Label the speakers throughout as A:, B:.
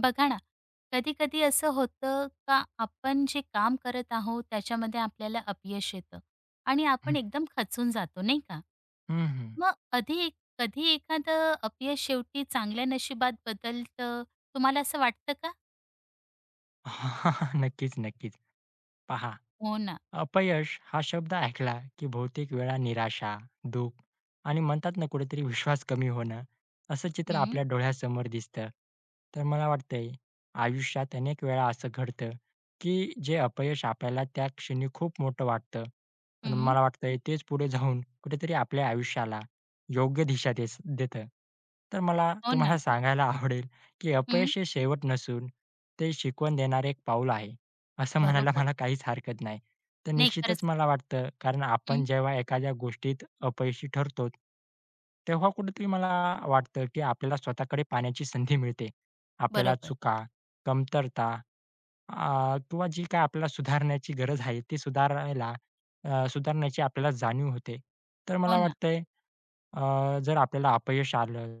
A: बघा ना, कधी-कधी असं होतं का आपण जे काम करत आहोत त्याच्यामध्ये आपल्याला अपयश येतं आणि
B: हं,
A: आपण एकदम खचून जातो, नाही का?
B: हं, हं.
A: मग कधी एखादं अपयश शेवटी चांगल्या नशिबात बदलतं, तुम्हाला असं वाटतं का?
B: नक्कीच, नक्कीच. पहा,
A: हो ना.
B: अपयश हा शब्द ऐकला की बहुतेक वेळा निराशा, दुःख आणि म्हणतात ना कुठेतरी विश्वास कमी होणं असं चित्र
A: हं,
B: आपल्या डोळ्यासमोर दिसतं. तर मला वाटतंय आयुष्यात अनेक वेळा असं घडतं की जे अपयश आपल्याला त्या क्षणी खूप मोठं वाटतं. पण
A: हं.
B: मला वाटतंय तेच पुढे जाऊन कुठेतरी आपल्या आयुष्याला योग्य दिशा देतं. तर मला
A: हो
B: तुम्हाला
A: ना.
B: सांगायला आवडेल की
A: हं,
B: अपयश हे शेवट नसून ते शिकवण देणारे एक पाऊल आहे, असं म्हणायला
A: बरोबर.
B: मला काहीच हरकत नाही. तर
A: नाही खरंच.
B: निश्चितच मला वाटतं, कारण आपण
A: हं,
B: जेव्हा एखाद्या गोष्टीत अपयशी ठरतो, तेव्हा कुठेतरी मला वाटतं, की आपल्याला स्वतःकडे पाहण्याची संधी मिळते. आपल्याला
A: बरोबर.
B: चुका, कमतरता किंवा जी काही आपल्याला सुधारण्याची गरज आहे, ती सुधारण्याची आपल्याला जाणीव होते. तर
A: हो
B: मला
A: ना.
B: वाटतंय जर आपल्याला अपयश आलं,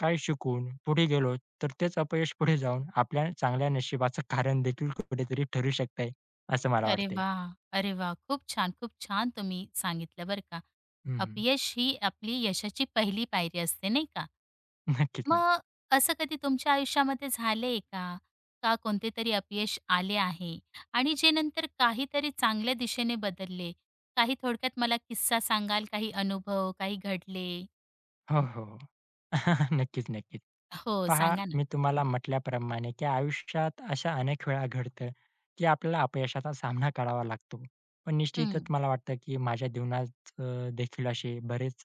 B: काही शिकून पुढे गेलो, तर तेच अपयश पुढे जाऊन आपल्या चांगल्या नशिबाचं कारण देखील कुठेतरी ठरू शकतंय, असं मला
A: अरे
B: वाटतंय.
A: वाह! अरे वाह! खूप छान, खूप छान तुम्ही सांगितलं बरं का.
B: हं.
A: अपयश ही आपली यशाची पहिली पायरी असते, नाही का?
B: नक्कीच नाही.
A: मग असं कधी तुमच्या आयुष्यामध्ये झालंय का? का कोणते तरी अपयश आले आहे आणि जे नंतर काहीतरी चांगल्या दिशेने बदलले? काही थोडक्यात मला किस्सा सांगाल? काही अनुभव, काही घडले?
B: हो, हो, हो. नक्कीच, नक्कीच.
A: हो,
B: पहा,
A: सांगा ना.
B: मी तुम्हाला म्हटल्याप्रमाणे, की आयुष्यात अशा अनेक वेळा घडतं, की आपल्याला अपयशाचा सामना करावा लागतो. पण निश्चितच
A: हं.
B: मला वाटतं, की माझ्या जीवनात देखील असे बरेच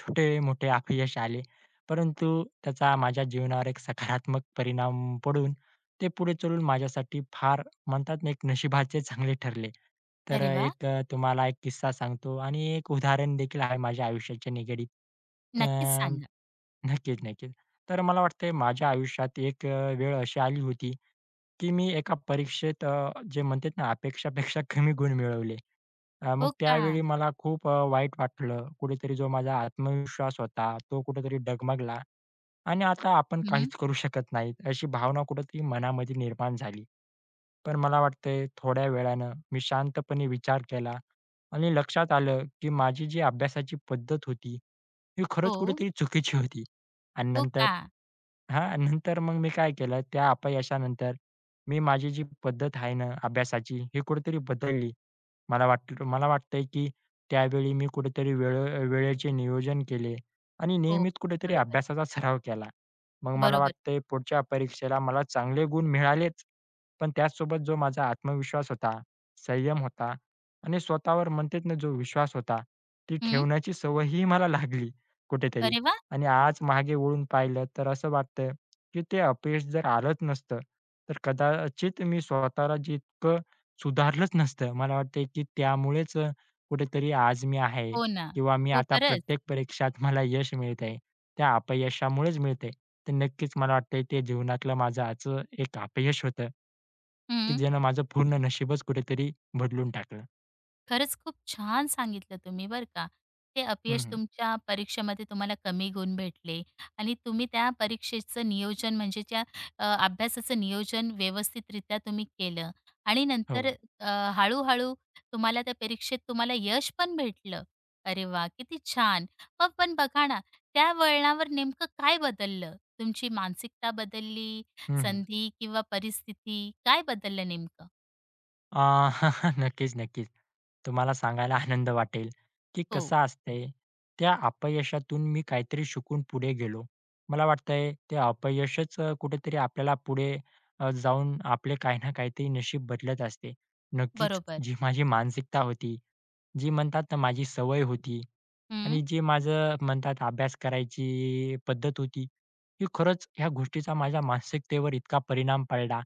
B: छोटे-मोठे अपयश आले. परंतु त्याचा माझ्या जीवनावर एक सकारात्मक परिणाम पडून ते पुढे चालून माझ्यासाठी फार म्हणतात ना, एक नशिबाचे चांगले ठरले. तर
A: अरे वाह!
B: तुम्हाला एक किस्सा सांगतो आणि एक उदाहरण देखील आहे माझ्या आयुष्याच्या निगडीत.
A: नक्कीच सांगा.
B: नक्कीच, नक्कीच. तर मला वाटतंय माझ्या आयुष्यात एक वेळ अशी आली होती, की मी एका परीक्षेत जे म्हणतात ना अपेक्षापेक्षा कमी गुण मिळवले. मग
A: हो का?
B: त्यावेळी मला खूप वाईट वाटलं. कुठेतरी जो माझा आत्मविश्वास होता, तो कुठेतरी डगमगला आणि आता आपण
A: हं.
B: काहीच करू शकत नाही, अशी भावना कुठेतरी मनामध्ये निर्माण झाली. पण मला वाटतंय थोड्या वेळानं मी शांतपणे विचार केला आणि लक्षात आलं, की माझी जी अभ्यासाची पद्धत होती, ही खरंच
A: हो.
B: कुठेतरी चुकीची होती. आणि
A: हो
B: नंतर
A: का?
B: नंतर मग मी काय केलं, त्या अपयशानंतर मी माझी जी पद्धत आहे ना अभ्यासाची, ही कुठेतरी बदलली. मला वाटतंय, की त्यावेळी मी कुठेतरी वेळेचे नियोजन केले आणि
A: हो.
B: नियमित कुठेतरी
A: बरोबर.
B: अभ्यासाचा सराव केला. मग मला
A: बरोबर.
B: वाटतंय पुढच्या परीक्षेला मला चांगले गुण मिळालेच, पण त्याचसोबत जो माझा आत्मविश्वास होता, संयम होता आणि स्वतःवर म्हणतात ना जो विश्वास होता, ती
A: हं.
B: ठेवण्याची सवयही मला लागली कुठेतरी.
A: अरे वाह!
B: आणि आज मागे वळून पाहिलं तर असं वाटतं, की ते अपयश जर आलंच नसतं, तर कदाचित मी स्वतःला जितकं सुधारलंच नसतं. मला वाटतंय, की त्यामुळेच कुठेतरी आज मी आहे
A: हो ना.
B: किंवा मी
A: हो,
B: आता
A: खरंच.
B: प्रत्येक परीक्षात मला यश मिळतंय, त्या अपयशामुळेच मिळतंय. तर नक्कीच मला वाटतंय ते जीवनातलं माझं आजचं एक अपयश होतं, की
A: हं.
B: ज्यानं माझं पूर्ण नशीबच कुठेतरी बदलून टाकलं.
A: खरंच खूप छान सांगितलं तुम्ही बरं का. ते अपयश
B: हं,
A: तुमच्या परीक्षेमध्ये तुम्हाला कमी गुण भेटले आणि तुम्ही त्या परीक्षेचं नियोजन म्हणजे त्या अभ्यासाचं नियोजन व्यवस्थितरित्या तुम्ही केलं आणि नंतर
B: हो.
A: अ, हळू-हळू तुम्हाला त्या परीक्षेत तुम्हाला यश पण भेटलं. अरे वाह! किती छान. मग पण बघा ना, त्या वळणावर नेमकं काय बदललं? तुमची मानसिकता बदलली,
B: हं,
A: संधी किंवा परिस्थिती काय बदललं नेमकं?
B: अ, नक्कीच, नक्कीच. तुम्हाला सांगायला आनंद वाटेल, की
A: हो,
B: कसं असतंय, त्या अपयशातून मी काहीतरी शिकून पुढे गेलो. मला वाटतंय ते अपयशच कुठेतरी आपल्याला पुढे जाऊन आपले काही ना काहीतरी नशीब बदलत असते. नक्कीच
A: बरोबर.
B: जी माझी मानसिकता होती, जी म्हणतात ना माझी सवय होती
A: हं,
B: आणि जे माझं म्हणतात अभ्यास करायची पद्धत होती, ही खरंच ह्या गोष्टीचा माझ्या मानसिकतेवर इतका परिणाम पडला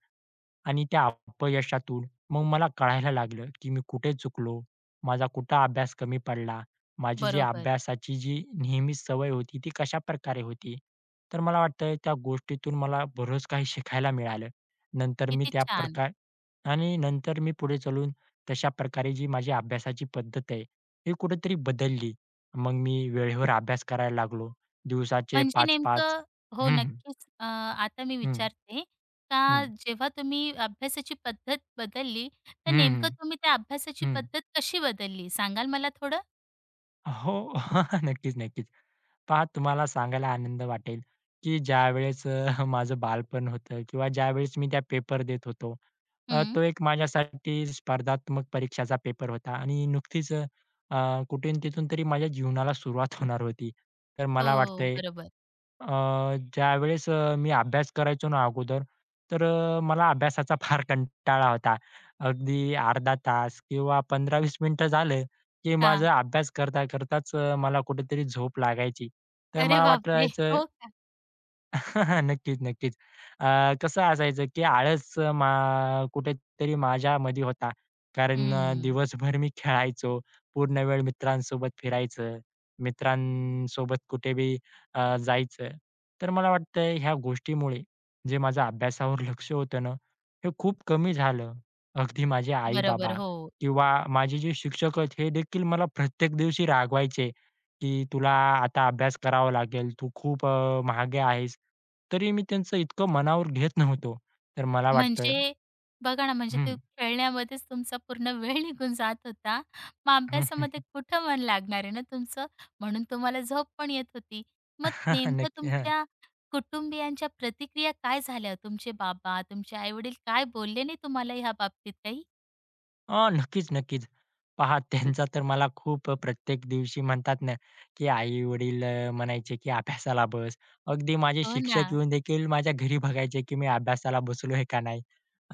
B: आणि त्या अपयशातून मग मला कळायला लागलं, की मी कुठे चुकलो, माझा कुठं अभ्यास कमी पडला, माझी जी
A: बरोबर.
B: अभ्यासाची जी नेहमी सवय होती ती कशाप्रकारे होती. तर मला वाटतं त्या गोष्टीतून मला बरंच काही शिकायला मिळालं. नंतर मी
A: किती
B: त्या
A: छान!
B: प्रकार आणि नंतर मी पुढे चालून तशा प्रकारे जी माझी अभ्यासाची पद्धत आहे, ही कुठेतरी बदलली. मग मी वेळेवर अभ्यास करायला लागलो. दिवसाचे
A: म्हणजे
B: 5-5
A: नेमकं हो,
B: हं,
A: नक्कीच. आता मी
B: हं,
A: विचारते का
B: हं, हं,
A: जेव्हा तुम्ही अभ्यासाची पद्धत बदलली, तर
B: हं,
A: नेमकं
B: हं,
A: तुम्ही त्या अभ्यासाची पद्धत कशी बदलली? सांगाल मला थोडं?
B: हो. नक्कीच, नक्कीच. पहा तुम्हाला सांगायला आनंद वाटेल, की ज्यावेळेस माझं बालपण होतं किंवा ज्यावेळेस मी त्या पेपर देत होतो.
A: हं.
B: तो एक माझ्यासाठी स्पर्धात्मक परीक्षाचा पेपर होता आणि नुकतीच कुठून तिथून तरी माझ्या जीवनाला सुरुवात होणार होती. तर मला
A: हो,
B: वाटतंय
A: बरोबर.
B: ज्यावेळेस मी अभ्यास करायचो ना अगोदर, तर मला अभ्यासाचा फार कंटाळा होता. अगदी अर्धा तास किंवा 15-20 मिनिटं झालं, की
A: हां.
B: माझा अभ्यास करता करताच मला कुठेतरी झोप लागायची. तर
A: अरे
B: मला
A: बापरे!
B: वाटायचं
A: हो का?
B: नक्कीच, नक्कीच. अ, कसं असायचं, की आळस अं, मा कुठेतरी माझ्यामध्ये होता. कारण
A: हं.
B: दिवसभर मी खेळायचो. पूर्ण वेळ मित्रांसोबत फिरायचं. मित्रांसोबत कुठे बी जायचं. तर मला वाटतंय ह्या गोष्टीमुळे जे माझं अभ्यासावर लक्ष होतं ना, हे खूप कमी झालं. अगदी माझे
A: बरोबर,
B: आई-बाबा
A: हो.
B: किंवा माझे जे शिक्षक आहेत, हे देखील मला प्रत्येक दिवशी रागवायचे. की तुला आता अभ्यास करावा लागेल, तू खूप मागे आहेस. तरी मी त्यांचं इतकं मनावर घेत नव्हतो. तर मला वाटतं
A: म्हणजे बघा ना, म्हणजे ते
B: हं,
A: खेळण्यामध्येच तुमचा पूर्ण वेळ निघून जात होता. मग
B: हं.
A: अभ्यासामध्ये कुठं मन लागणार आहे ना तुमचं, म्हणून तुम्हाला झोप पण येत होती. मग नेमकं
B: नक्की.
A: तुमच्या कुटुंबियांच्या प्रतिक्रिया काय झाल्या? तुमचे बाबा, तुमचे आई-वडील काय बोलले नाही तुम्हाला ह्या बाबतीत काही?
B: नक्कीच, नक्कीच. पहा त्यांचा तर मला खूप प्रत्येक दिवशी म्हणतात ना, की आई-वडील म्हणायचे, की "अभ्यासाला बस." अगदी माझे
A: हो ना.
B: शिक्षक येऊन देखील माझ्या घरी बघायचे, की मी अभ्यासाला बसलो आहे का नाही?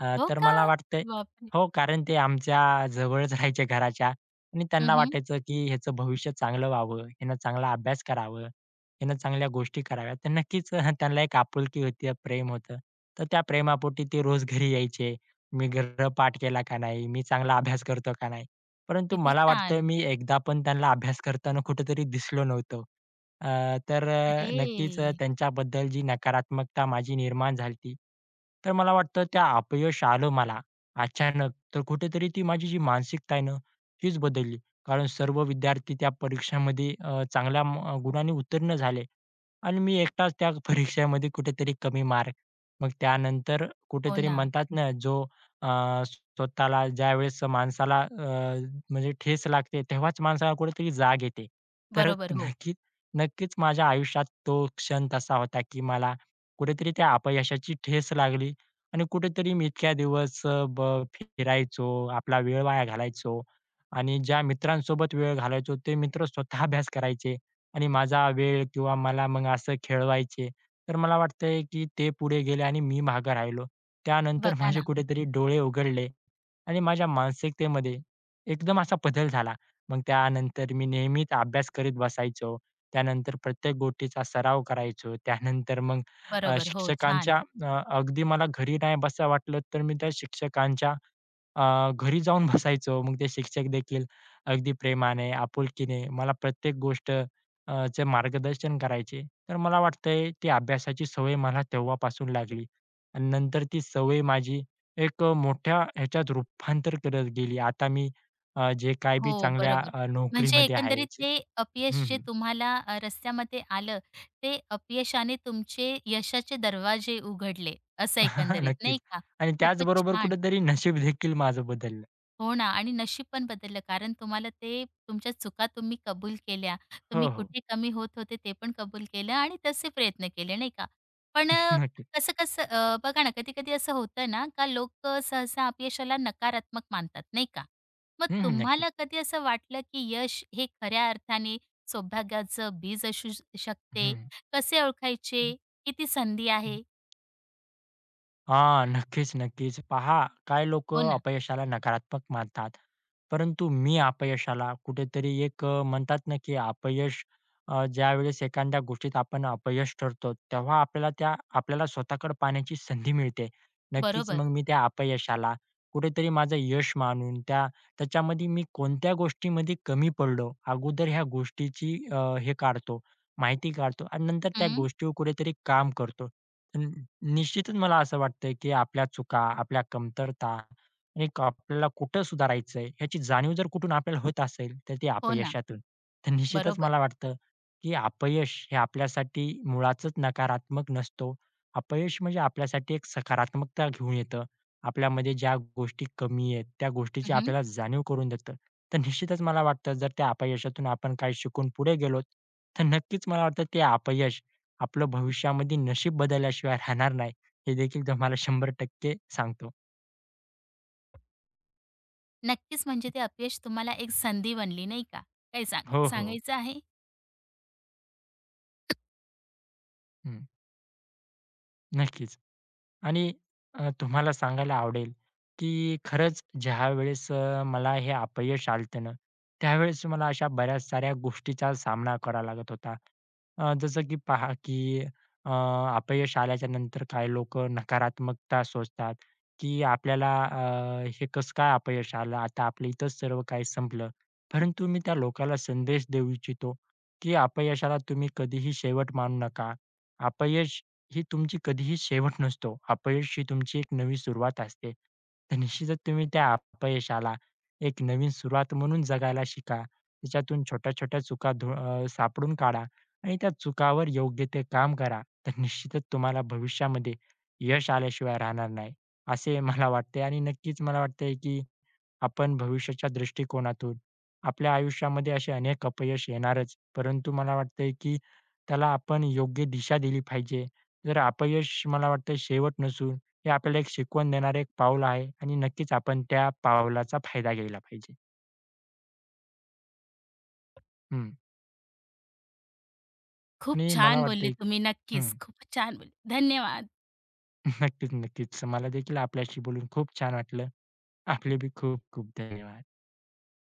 A: हो
B: तर
A: का?
B: मला वाटतंय
A: बापरे!
B: हो, कारण ते आमच्या जवळच राहायचे घराच्या आणि
A: हं,
B: त्यांना
A: हं.
B: वाटायचं, की ह्याचं भविष्य चांगलं व्हावं, ह्यानं चांगला अभ्यास करावं, ह्यानं चांगल्या गोष्टी कराव्या. तर नक्कीच त्यांना एक आपुलकी होती, प्रेम होतं. तर त्या प्रेमापोटी ते रोज घरी यायचे. मी गृहपाठ केला का नाही? मी चांगला अभ्यास करतो का नाही? परंतु
A: किती
B: मला वाटतं
A: छान.
B: मी एकदा पण त्यांना अभ्यास करताना कुठेतरी दिसलो नव्हतो. अ, तर
A: अरे!
B: नक्कीच त्यांच्याबद्दल जी नकारात्मकता माझी निर्माण झालती, तर मला वाटतं त्या अपयश आलं मला अचानक, तर कुठेतरी ती माझी जी मानसिकता आहे ना, तीच बदलली. कारण सर्व विद्यार्थी त्या परीक्षामध्ये चांगल्या गुणांनी उत्तीर्ण झाले आणि मी एकटाच त्या परीक्षेमध्ये कुठेतरी कमी मार्क. मग त्यानंतर
A: हो
B: कुठेतरी
A: ना.
B: म्हणतात ना, अ, स्वतःला ज्यावेळेस माणसाला म्हणजे ठेच लागते, तेव्हाच माणसाला कुठेतरी जाग येते. तर
A: बरोबर. हो.
B: नक्कीच, नक्कीच माझ्या आयुष्यात तो क्षण तसा होता, की मला कुठेतरी त्या अपयशाची ठेच लागली आणि कुठेतरी मी इतक्या दिवस अ, ब फिरायचो, आपला वेळ वाया घालायचो आणि ज्या मित्रांसोबत वेळ घालायचो, ते मित्र स्वतः अभ्यास करायचे आणि माझा वेळ किंवा मला मग असं खेळवायचे. तर मला वाटतंय, की ते पुढे गेले आणि मी मागे राहिलो. त्यानंतर
A: बघा
B: माझे
A: ना.
B: कुठेतरी डोळे उघडले आणि माझ्या मानसिकतेमध्ये एकदम असा बदल झाला. मग त्यानंतर मी नेहमीच अभ्यास करीत बसायचो. त्यानंतर प्रत्येक गोष्टीचा सराव करायचो. त्यानंतर मग
A: बरोबर. हो,
B: शिक्षकांच्या
A: छान.
B: अगदी मला घरी नाही बसा वाटलं तर मी त्या शिक्षकांच्या घरी जाऊन बसायचो. मग ते शिक्षक देखील अगदी प्रेमाने, आपुलकीने मला प्रत्येक गोष्ट चे मार्गदर्शन करायचे. तर मला वाटतंय ती अभ्यासाची सवय मला तेव्हापासून लागली आणि नंतर ती सवय माझी एक मोठ्या ह्याच्यात रूपांतर करत गेली. आता मी जे काही बी
A: हो,
B: चांगल्या
A: बरोबर. म्हणजे
B: नोकरीमध्ये आहे.
A: एकंदरीत ते अपयश
B: हं,
A: जे
B: हं.
A: तुम्हाला रस्त्यामध्ये आलं, ते अपयशाने तुमचे यशाचे दरवाजे उघडले, असं एकंदरीत नाही
B: नक्कीच
A: का?
B: आणि
A: खूपच
B: त्याचबरोबर
A: छान.
B: कुठेतरी नशीब देखील माझं बदललं.
A: हो ना आणि नशीब पण बदललं कारण तुम्हाला ते तुमच्या चुका तुम्ही कबूल केल्या.
B: हो,
A: तुम्ही
B: हो.
A: कुठे कमी होत होते ते पण कबूल केलं आणि तसे प्रयत्न केले नाही का? पण
B: नक्कीच.
A: बघा ना कधी-कधी असं होतं ना का लोकं सहसा अपयशाला नकारात्मक मानतात नाही का? मग
B: हं, हं. नक्कीच.
A: तुम्हाला कधी असं वाटलं की यश हे खऱ्या अर्थाने सौभाग्याचं बीज असू शकते? कसे
B: हं,
A: ओळखायचे? किती संधी
B: हं.
A: आहे?
B: हां, नक्कीच, नक्कीच. पहा, काय लोक
A: हो ना.
B: अपयशाला नकारात्मक मानतात. परंतु मी अपयशाला कुठेतरी एक म्हणतात ना, की अपयश ज्यावेळेस एखाद्या गोष्टीत आपण अपयश ठरतो, तेव्हा आपल्याला आपल्याला स्वतःकडे पाहण्याची संधी मिळते. नक्कीच
A: बरोबर.
B: मग मी त्या अपयशाला कुठेतरी माझं यश मानून त्याच्यामध्ये मी कोणत्या गोष्टीमध्ये कमी पडलो, अगोदर ह्या गोष्टीची माहिती काढतो आणि नंतर त्या
A: हं.
B: गोष्टीवर कुठेतरी काम करतो. न निश्चितच मला असं वाटतंय, की आपल्या चुका, आपल्या कमतरता आणि आपल्याला कुठं सुधारायचंय ह्याची जाणीव जर कुठून आपल्याला होत असेल, तर ती
A: हो ना.
B: अपयशातून. तर निश्चितच
A: बरोबर.
B: मला वाटतं, की अपयश हे आपल्यासाठी मुळातच नकारात्मक नसतो. अपयश म्हणजे आपल्यासाठी एक सकारात्मकता घेऊन येतं. आपल्यामध्ये ज्या गोष्टी कमी आहेत, त्या गोष्टीची आपल्याला जाणीव करून देतं. तर निश्चितच मला वाटतं जर त्या अपयशातून आपण काही शिकून पुढे गेलोत, तर नक्कीच मला वाटतं ते अपयश आपलं भविष्यामध्ये नशीब बदलल्याशिवाय राहणार नाही, हे देखील तुम्हाला 100% सांगतो.
A: नक्कीच, म्हणजे ते अपयश तुम्हाला एक संधी बनली, नाही का? काय सांग
B: हो, हो. हो.
A: सांगायचं आहे?
B: हं. नक्कीच. आणि तुम्हाला सांगायला आवडेल, की खरंच ज्यावेळेस मला हे अपयश आलतं ना, त्यावेळेस मला अशा बऱ्याच साऱ्या गोष्टीचा सामना करावा लागत होता. जसं की पहा, की अ, अपयश आल्याच्या नंतर काही लोक नकारात्मकता सोचतात, की आपल्याला हे कसं काय अपयश आलं? आता आपलं इथंच सर्व काही संपलं. परंतु मी त्या लोकाला संदेश देऊ इच्छितो, की अपयशाला तुम्ही कधीही शेवट मानू नका. अपयश ही तुमची कधीही शेवट नसतो. अपयश ही तुमची एक नवी सुरुवात असते. तर निश्चितच तुम्ही त्या अपयशाला एक नवीन सुरुवात म्हणून जगायला शिका. त्याच्यातून छोट्या-छोट्या चुका सापडून काढा आणि त्या चुकावर योग्य ते काम करा. तर निश्चितच तुम्हाला भविष्यामध्ये यश आल्याशिवाय राहणार नाही, असे मला वाटते आणि नक्कीच मला वाटतंय की आपण भविष्याच्या दृष्टिकोनातून आपल्या आयुष्यामध्ये असे अनेक अपयश येणारच. परंतु मला वाटतंय की त्याला आपण योग्य दिशा दिली पाहिजे. जर अपयश मला वाटतं शेवट नसून हे आपल्याला एक शिकवण देणारे एक पाऊल आहे आणि नक्कीच आपण त्या पावलाचा फायदा घ्यायला पाहिजे. हं.
A: खूप
B: आणि मला
A: छान बोलले
B: वाटतंय
A: तुम्ही.
B: हं.
A: नक्कीच, खूप छान बोलले. धन्यवाद.
B: नक्कीच, नक्कीच. मला देखील आपल्याशी बोलून खूप छान वाटलं. आपले बी खूप खूप धन्यवाद.